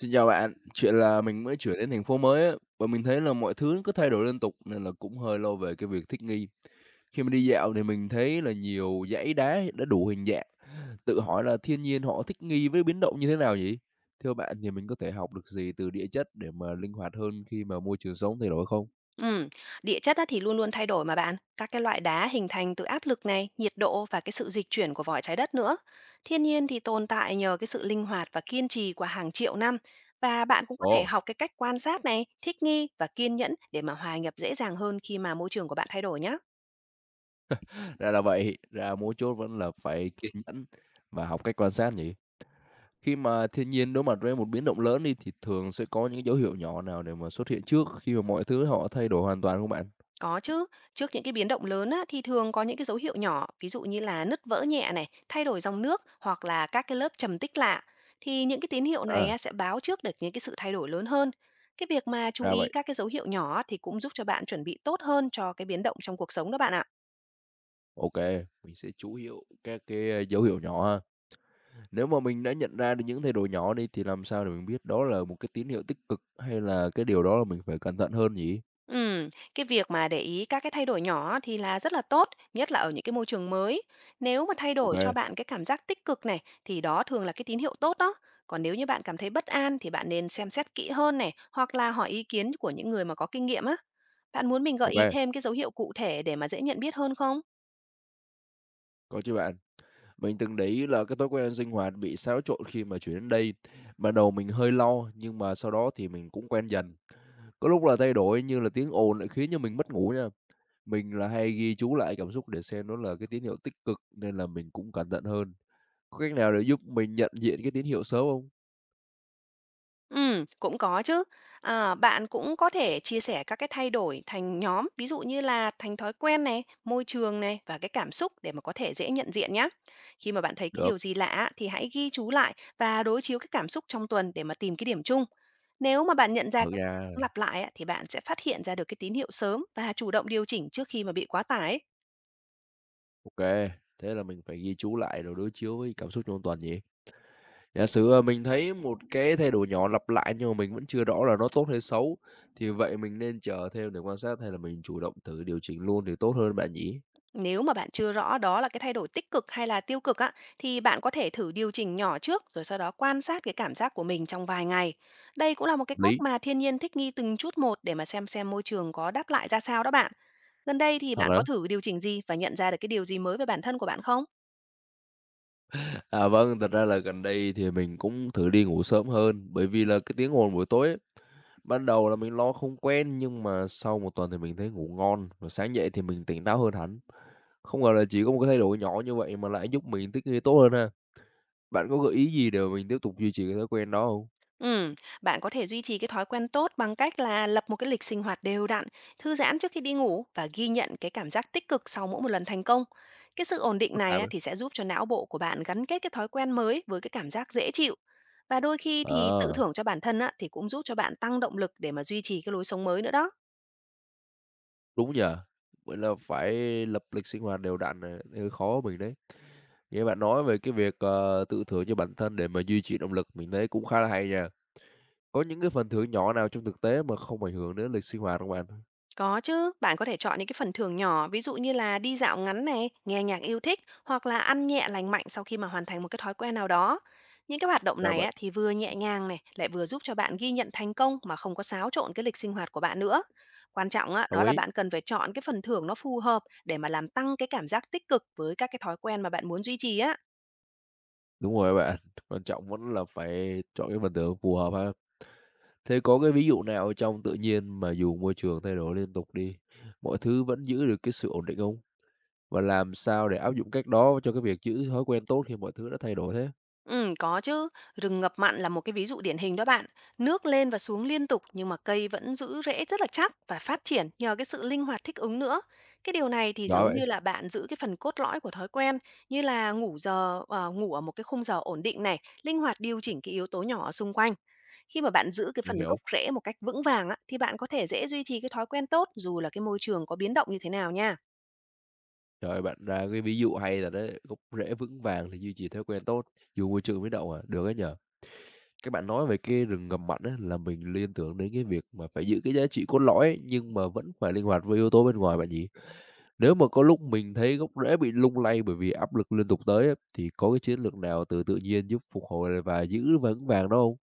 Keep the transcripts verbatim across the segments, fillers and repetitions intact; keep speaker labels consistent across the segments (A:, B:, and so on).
A: Xin chào bạn, chuyện là mình mới chuyển đến thành phố mới á, và mình thấy là mọi thứ cứ thay đổi liên tục nên là cũng hơi lo về cái việc thích nghi. Khi mà đi dạo thì mình thấy là nhiều dãy đá đã đủ hình dạng. Tự hỏi là thiên nhiên họ thích nghi với biến động như thế nào vậy? Theo bạn thì mình có thể học được gì từ địa chất để mà linh hoạt hơn khi mà môi trường sống thay đổi không?
B: Ừ, địa chất á thì luôn luôn thay đổi mà bạn. Các cái loại đá hình thành từ áp lực này, nhiệt độ và cái sự dịch chuyển của vỏ trái đất nữa. Thiên nhiên thì tồn tại nhờ cái sự linh hoạt và kiên trì qua hàng triệu năm. Và bạn cũng có thể
A: Ồ,
B: học cái cách quan sát này, thích nghi và kiên nhẫn để mà hòa nhập dễ dàng hơn khi mà môi trường của bạn thay đổi nhé.
A: ra là vậy, ra mấu chốt vẫn là phải kiên nhẫn và học cách quan sát nhỉ? Khi mà thiên nhiên đối mặt với một biến động lớn đi thì thường sẽ có những cái dấu hiệu nhỏ nào để mà xuất hiện trước khi mà mọi thứ họ thay đổi hoàn toàn không bạn?
B: Có chứ, trước những cái biến động lớn á, thì thường có những cái dấu hiệu nhỏ, ví dụ như là nứt vỡ nhẹ này, thay đổi dòng nước hoặc là các cái lớp trầm tích lạ. Thì những cái tín hiệu này
A: À,
B: á, sẽ báo trước được những cái sự thay đổi lớn hơn. Cái việc mà chú
A: ra
B: ý
A: vậy.
B: các cái dấu hiệu nhỏ thì cũng giúp cho bạn chuẩn bị tốt hơn cho cái biến động trong cuộc sống đó bạn ạ.
A: Ok, mình sẽ chú hiệu các cái ờ, dấu hiệu nhỏ ha. Nếu mà mình đã nhận ra được những thay đổi nhỏ đi thì làm sao để mình biết đó là một cái tín hiệu tích cực hay là cái điều đó là mình phải cẩn thận hơn nhỉ?
B: Ừm, cái việc mà để ý các cái thay đổi nhỏ thì là rất là tốt, nhất là ở những cái môi trường mới. Nếu mà thay
A: Ok,
B: đổi cho bạn cái cảm giác tích cực này thì đó thường là cái tín hiệu tốt đó. Còn nếu như bạn cảm thấy bất an thì bạn nên xem xét kỹ hơn này, hoặc là hỏi ý kiến của những người mà có kinh nghiệm á. Bạn muốn mình gợi
A: ok,
B: ý thêm cái dấu hiệu cụ thể để mà dễ nhận biết hơn không?
A: có chứ bạn. Mình từng để ý là cái thói quen sinh hoạt bị xáo trộn khi mà chuyển đến đây. Ban đầu mình hơi lo, nhưng mà sau đó thì mình cũng quen dần. Có lúc là thay đổi như là tiếng ồn lại khiến cho mình mất ngủ nha. Mình là hay ghi chú lại cảm xúc để xem nó là cái tín hiệu tích cực nên là mình cũng cẩn thận hơn. Có cách nào để giúp mình nhận diện cái tín hiệu sớm không?
B: Ừm, cũng có chứ. À, bạn cũng có thể chia sẻ các cái thay đổi thành nhóm, ví dụ như là thành thói quen này, môi trường này và cái cảm xúc để mà có thể dễ nhận diện nhé. Khi mà bạn thấy cái
A: Được,
B: điều gì lạ á, thì hãy ghi chú lại và đối chiếu cái cảm xúc trong tuần để mà tìm cái điểm chung. Nếu mà bạn nhận ra
A: được
B: cái
A: nha.
B: lặp lại á, thì bạn sẽ phát hiện ra được cái tín hiệu sớm và chủ động điều chỉnh trước khi mà bị quá tải.
A: Ok, thế là mình phải ghi chú lại rồi đối chiếu với cảm xúc trong tuần nhỉ? Giả sử, à, mình thấy một cái thay đổi nhỏ lặp lại nhưng mà mình vẫn chưa rõ là nó tốt hay xấu, thì vậy mình nên chờ thêm để quan sát hay là mình chủ động thử điều chỉnh luôn thì tốt hơn bạn nhỉ?
B: Nếu mà bạn chưa rõ đó là cái thay đổi tích cực hay là tiêu cực á, thì bạn có thể thử điều chỉnh nhỏ trước rồi sau đó quan sát cái cảm giác của mình trong vài ngày. Đây cũng là một cái
A: Hợp
B: cách
A: lý,
B: mà thiên nhiên thích nghi từng chút một để mà xem xem môi trường có đáp lại ra sao đó bạn. Gần đây thì
A: thật
B: bạn có
A: đó.
B: thử điều chỉnh gì và nhận ra được cái điều gì mới về bản thân của bạn không?
A: À, vâng, thật ra là gần đây thì mình cũng thử đi ngủ sớm hơn, bởi vì là cái tiếng ồn buổi tối ấy, ban đầu là mình lo không quen nhưng mà sau một tuần thì mình thấy ngủ ngon và sáng dậy thì mình tỉnh táo hơn hẳn. Không ngờ là chỉ có một cái thay đổi nhỏ như vậy mà lại giúp mình thích nghi tốt hơn ha. Bạn có gợi ý gì để mà mình tiếp tục duy trì cái thói quen đó không?
B: Ừm, Bạn có thể duy trì cái thói quen tốt bằng cách là lập một cái lịch sinh hoạt đều đặn, thư giãn trước khi đi ngủ và ghi nhận cái cảm giác tích cực sau mỗi một lần thành công. Cái sự ổn định
A: Phức
B: này
A: tạp
B: á,
A: á.
B: thì sẽ giúp cho não bộ của bạn gắn kết cái thói quen mới với cái cảm giác dễ chịu. Và đôi khi thì tự
A: Ờ.
B: thưởng cho bản thân á, thì cũng giúp cho bạn tăng động lực để mà duy trì cái lối sống mới nữa đó.
A: Đúng nhờ. Vậy là phải lập lịch sinh hoạt đều đặn này, hơi khó với mình đấy. Nghe bạn nói về cái việc, ờ, tự thưởng cho bản thân để mà duy trì động lực mình thấy cũng khá là hay nha. Có những cái phần thưởng nhỏ nào trong thực tế mà không ảnh hưởng đến lịch sinh hoạt không bạn?
B: Có chứ, bạn có thể chọn những cái phần thưởng nhỏ, ví dụ như là đi dạo ngắn này, nghe nhạc yêu thích hoặc là ăn nhẹ lành mạnh sau khi mà hoàn thành một cái thói quen nào đó. Những cái hoạt động
A: Ra
B: này
A: vậy,
B: á, thì vừa nhẹ nhàng này, lại vừa giúp cho bạn ghi nhận thành công mà không có xáo trộn cái lịch sinh hoạt của bạn nữa. Quan trọng á,
A: đồng
B: đó là
A: ý.
B: bạn cần phải chọn cái phần thưởng nó phù hợp để mà làm tăng cái cảm giác tích cực với các cái thói quen mà bạn muốn duy trì á.
A: Đúng rồi bạn, quan trọng vẫn là phải chọn cái phần thưởng phù hợp ha. Thế có cái ví dụ nào trong tự nhiên mà dù môi trường thay đổi liên tục đi, mọi thứ vẫn giữ được cái sự ổn định không? Và làm sao để áp dụng cách đó cho cái việc giữ thói quen tốt khi mọi thứ đã thay đổi thế?
B: Ừm, có chứ. Rừng ngập mặn là một cái ví dụ điển hình đó bạn. Nước lên và xuống liên tục nhưng mà cây vẫn giữ rễ rất là chắc và phát triển nhờ cái sự linh hoạt thích ứng nữa. Cái điều này thì
A: Giỏi
B: giống
A: vậy,
B: như là bạn giữ cái phần cốt lõi của thói quen như là ngủ giờ ờ, ngủ ở một cái khung giờ ổn định này, linh hoạt điều chỉnh cái yếu tố nhỏ ở xung quanh. Khi mà bạn giữ cái
A: mình
B: phần
A: hiểu.
B: gốc rễ một cách vững vàng á, thì bạn có thể dễ duy trì cái thói quen tốt dù là cái môi trường có biến động như thế nào nha.
A: Trời ơi, bạn ra cái ví dụ hay là đấy, gốc rễ vững vàng thì duy trì thói quen tốt, dù môi trường biến động à, được ấy nhờ các bạn nói về cái rừng ngập mặn á, là mình liên tưởng đến cái việc mà phải giữ cái giá trị cốt lõi ấy, nhưng mà vẫn phải linh hoạt với yếu tố bên ngoài bạn nhỉ? Nếu mà có lúc mình thấy gốc rễ bị lung lay bởi vì áp lực liên tục tới á, thì có cái chiến lược nào từ tự nhiên giúp phục hồi lại và giữ vững vàng đó không?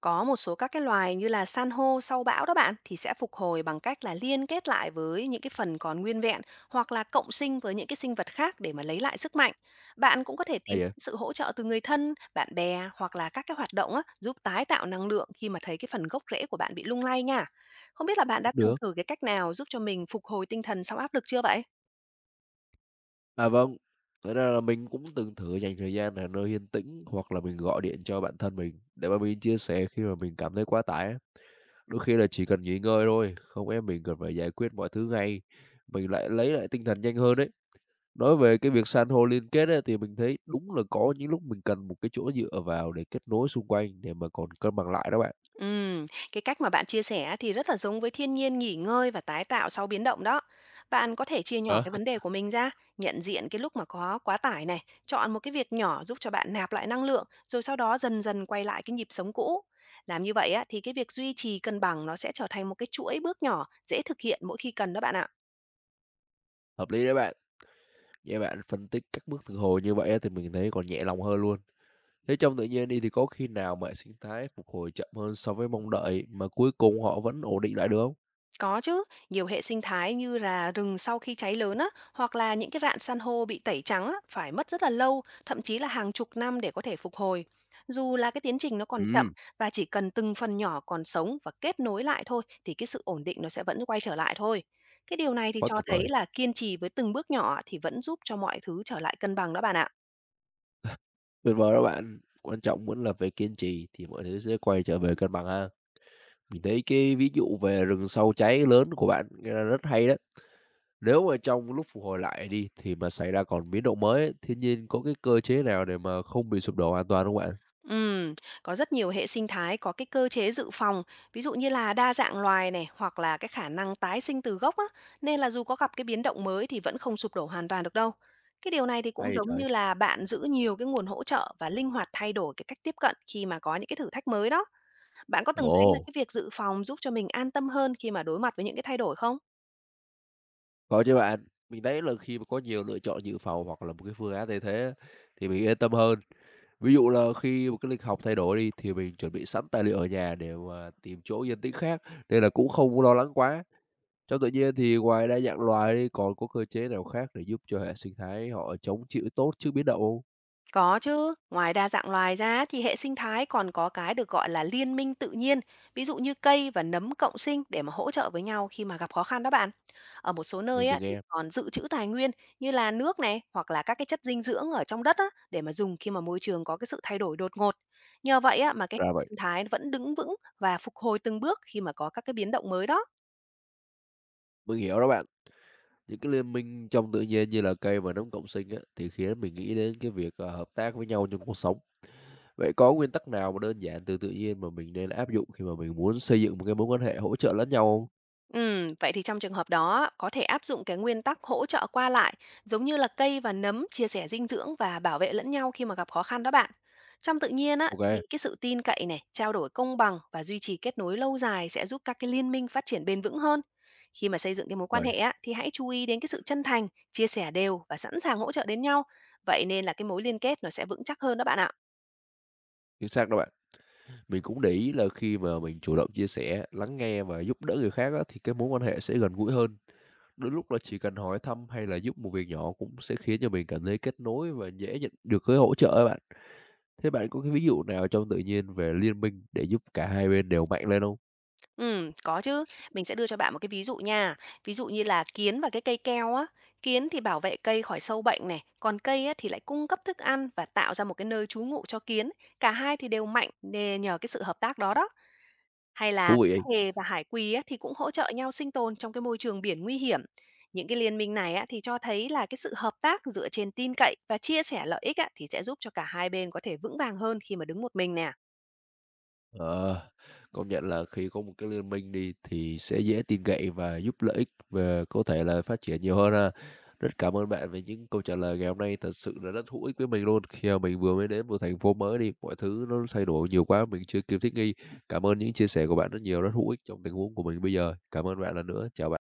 B: Có một số các cái loài như là san hô sau bão đó bạn thì sẽ phục hồi bằng cách là liên kết lại với những cái phần còn nguyên vẹn hoặc là cộng sinh với những cái sinh vật khác để mà lấy lại sức mạnh. Bạn cũng có thể tìm
A: Hay vậy?
B: sự hỗ trợ từ người thân, bạn bè hoặc là các cái hoạt động á, giúp tái tạo năng lượng khi mà thấy cái phần gốc rễ của bạn bị lung lay nha. Không biết là bạn
A: Cũng
B: đã từng
A: được.
B: thử cái cách nào giúp cho mình phục hồi tinh thần sau áp lực chưa vậy?
A: À vâng, thật ra là mình cũng từng thử dành thời gian ở nơi yên tĩnh hoặc là mình gọi điện cho bạn thân mình để mà mình chia sẻ khi mà mình cảm thấy quá tải á. Đôi khi là chỉ cần nghỉ ngơi thôi, không em mình cần phải giải quyết mọi thứ ngay, mình lại lấy lại tinh thần nhanh hơn đấy. Nói về cái việc san hô liên kết á, thì mình thấy đúng là có những lúc mình cần một cái chỗ dựa vào để kết nối xung quanh để mà còn cân bằng lại đó bạn.
B: Ừm, cái cách mà bạn chia sẻ á thì rất là giống với thiên nhiên nghỉ ngơi và tái tạo sau biến động đó. Bạn có thể chia nhỏ
A: Ờ.
B: cái vấn đề của mình ra, nhận diện cái lúc mà có quá tải này, chọn một cái việc nhỏ giúp cho bạn nạp lại năng lượng, rồi sau đó dần dần quay lại cái nhịp sống cũ. Làm như vậy á, thì cái việc duy trì cân bằng nó sẽ trở thành một cái chuỗi bước nhỏ, dễ thực hiện mỗi khi cần đó bạn ạ.
A: Hợp lý đấy bạn, nghe bạn phân tích các bước phục hồi như vậy á, thì mình thấy còn nhẹ lòng hơn luôn. Thế trong tự nhiên đi thì có khi nào mà hệ sinh thái phục hồi chậm hơn so với mong đợi mà cuối cùng họ vẫn ổn định lại được không?
B: Có chứ, nhiều hệ sinh thái như là rừng sau khi cháy lớn á, hoặc là những cái rạn san hô bị tẩy trắng á, phải mất rất là lâu, thậm chí là hàng chục năm để có thể phục hồi. Dù là cái tiến trình nó còn chậm
A: Ừ.
B: và chỉ cần từng phần nhỏ còn sống và kết nối lại thôi thì cái sự ổn định nó sẽ vẫn quay trở lại thôi. Cái điều này thì
A: Quá
B: cho
A: tuyệt vời.
B: thấy là kiên trì với từng bước nhỏ thì vẫn giúp cho mọi thứ trở lại cân bằng đó bạn ạ.
A: Tuyệt vời đó bạn, quan trọng vẫn là phải kiên trì thì mọi thứ sẽ quay trở về cân bằng ha. Mình thấy cái ví dụ về rừng sau cháy lớn của bạn nghe là rất hay đó. Nếu mà trong lúc phục hồi lại đi thì mà xảy ra còn biến động mới ấy, thiên nhiên có cái cơ chế nào để mà không bị sụp đổ hoàn toàn không bạn?
B: Ừm, có rất nhiều hệ sinh thái có cái cơ chế dự phòng, ví dụ như là đa dạng loài này hoặc là cái khả năng tái sinh từ gốc á, nên là dù có gặp cái biến động mới thì vẫn không sụp đổ hoàn toàn được đâu. Cái điều này thì
A: Hay
B: cũng
A: vậy
B: giống
A: trời!
B: như là bạn giữ nhiều cái nguồn hỗ trợ và linh hoạt thay đổi cái cách tiếp cận khi mà có những cái thử thách mới đó. Bạn có từng thấy là
A: Ồ,
B: cái việc dự phòng giúp cho mình an tâm hơn khi mà đối mặt với những cái thay đổi không?
A: có chứ bạn. Mình thấy là khi mà có nhiều lựa chọn dự phòng hoặc là một cái phương án thay thế á, thì mình yên tâm hơn. Ví dụ là khi một cái lịch học thay đổi đi thì mình chuẩn bị sẵn tài liệu ở nhà để mà tìm chỗ yên tĩnh khác nên là cũng không lo lắng quá. Trong tự nhiên thì ngoài đa dạng loài đi, còn có cơ chế nào khác để giúp cho hệ sinh thái họ chống chịu tốt trước biến động hông?
B: Có chứ, ngoài đa dạng loài ra thì hệ sinh thái còn có cái được gọi là liên minh tự nhiên, ví dụ như cây và nấm cộng sinh để mà hỗ trợ với nhau khi mà gặp khó khăn đó bạn. Ở một số
A: Mình
B: nơi
A: từng
B: á, thì
A: nghe
B: còn dự trữ tài nguyên như là nước này hoặc là các cái chất dinh dưỡng ở trong đất á, để mà dùng khi mà môi trường có cái sự thay đổi đột ngột. Nhờ vậy á, mà cái hệ
A: ra vậy,
B: sinh thái vẫn đứng vững và phục hồi từng bước khi mà có các cái biến động mới đó.
A: mình hiểu đó bạn. Những cái liên minh trong tự nhiên như là cây và nấm cộng sinh á, thì khiến mình nghĩ đến cái việc, ờ, hợp tác với nhau trong cuộc sống. Vậy có nguyên tắc nào mà đơn giản từ tự nhiên mà mình nên áp dụng khi mà mình muốn xây dựng một cái mối quan hệ hỗ trợ lẫn nhau không?
B: Ừm, vậy thì trong trường hợp đó có thể áp dụng cái nguyên tắc hỗ trợ qua lại, giống như là cây và nấm chia sẻ dinh dưỡng và bảo vệ lẫn nhau khi mà gặp khó khăn đó bạn. Trong tự nhiên á, thì
A: Ok,
B: cái sự tin cậy này, trao đổi công bằng và duy trì kết nối lâu dài sẽ giúp các cái liên minh phát triển bền vững hơn. Khi mà xây dựng cái mối quan
A: rồi,
B: hệ á, thì hãy chú ý đến cái sự chân thành, chia sẻ đều và sẵn sàng hỗ trợ đến nhau. Vậy nên là cái mối liên kết nó sẽ vững chắc hơn đó bạn ạ.
A: chính xác đó bạn. Mình cũng để ý là khi mà mình chủ động chia sẻ, lắng nghe và giúp đỡ người khác á, thì cái mối quan hệ sẽ gần gũi hơn. Đôi lúc là chỉ cần hỏi thăm hay là giúp một việc nhỏ cũng sẽ khiến cho mình cảm thấy kết nối và dễ nhận được cái hỗ trợ ấy bạn. Thế bạn có cái ví dụ nào trong tự nhiên về liên minh để giúp cả hai bên đều mạnh lên hông?
B: Ừm, có chứ. Mình sẽ đưa cho bạn một cái ví dụ nha. Ví dụ như là kiến và cái cây keo á, kiến thì bảo vệ cây khỏi sâu bệnh này, còn cây á thì lại cung cấp thức ăn và tạo ra một cái nơi trú ngụ cho kiến. Cả hai thì đều mạnh nề nhờ cái sự hợp tác đó đó. Hay là
A: Thú vị
B: cá
A: ấy.
B: hề và hải quỳ á thì cũng hỗ trợ nhau sinh tồn trong cái môi trường biển nguy hiểm. Những cái liên minh này á thì cho thấy là cái sự hợp tác dựa trên tin cậy và chia sẻ lợi ích á thì sẽ giúp cho cả hai bên có thể vững vàng hơn khi mà đứng một mình nè.
A: Ờ, công nhận là khi có một cái liên minh đi thì sẽ dễ tin cậy và giúp lợi ích về có thể là phát triển nhiều hơn ha. Rất cảm ơn bạn về những câu trả lời ngày hôm nay, thật sự là rất hữu ích với mình luôn. Khi mà mình vừa mới đến một thành phố mới đi, mọi thứ nó thay đổi nhiều quá, mình chưa kịp thích nghi. Cảm ơn những chia sẻ của bạn rất nhiều, rất hữu ích trong tình huống của mình bây giờ. Cảm ơn bạn lần nữa. Chào bạn.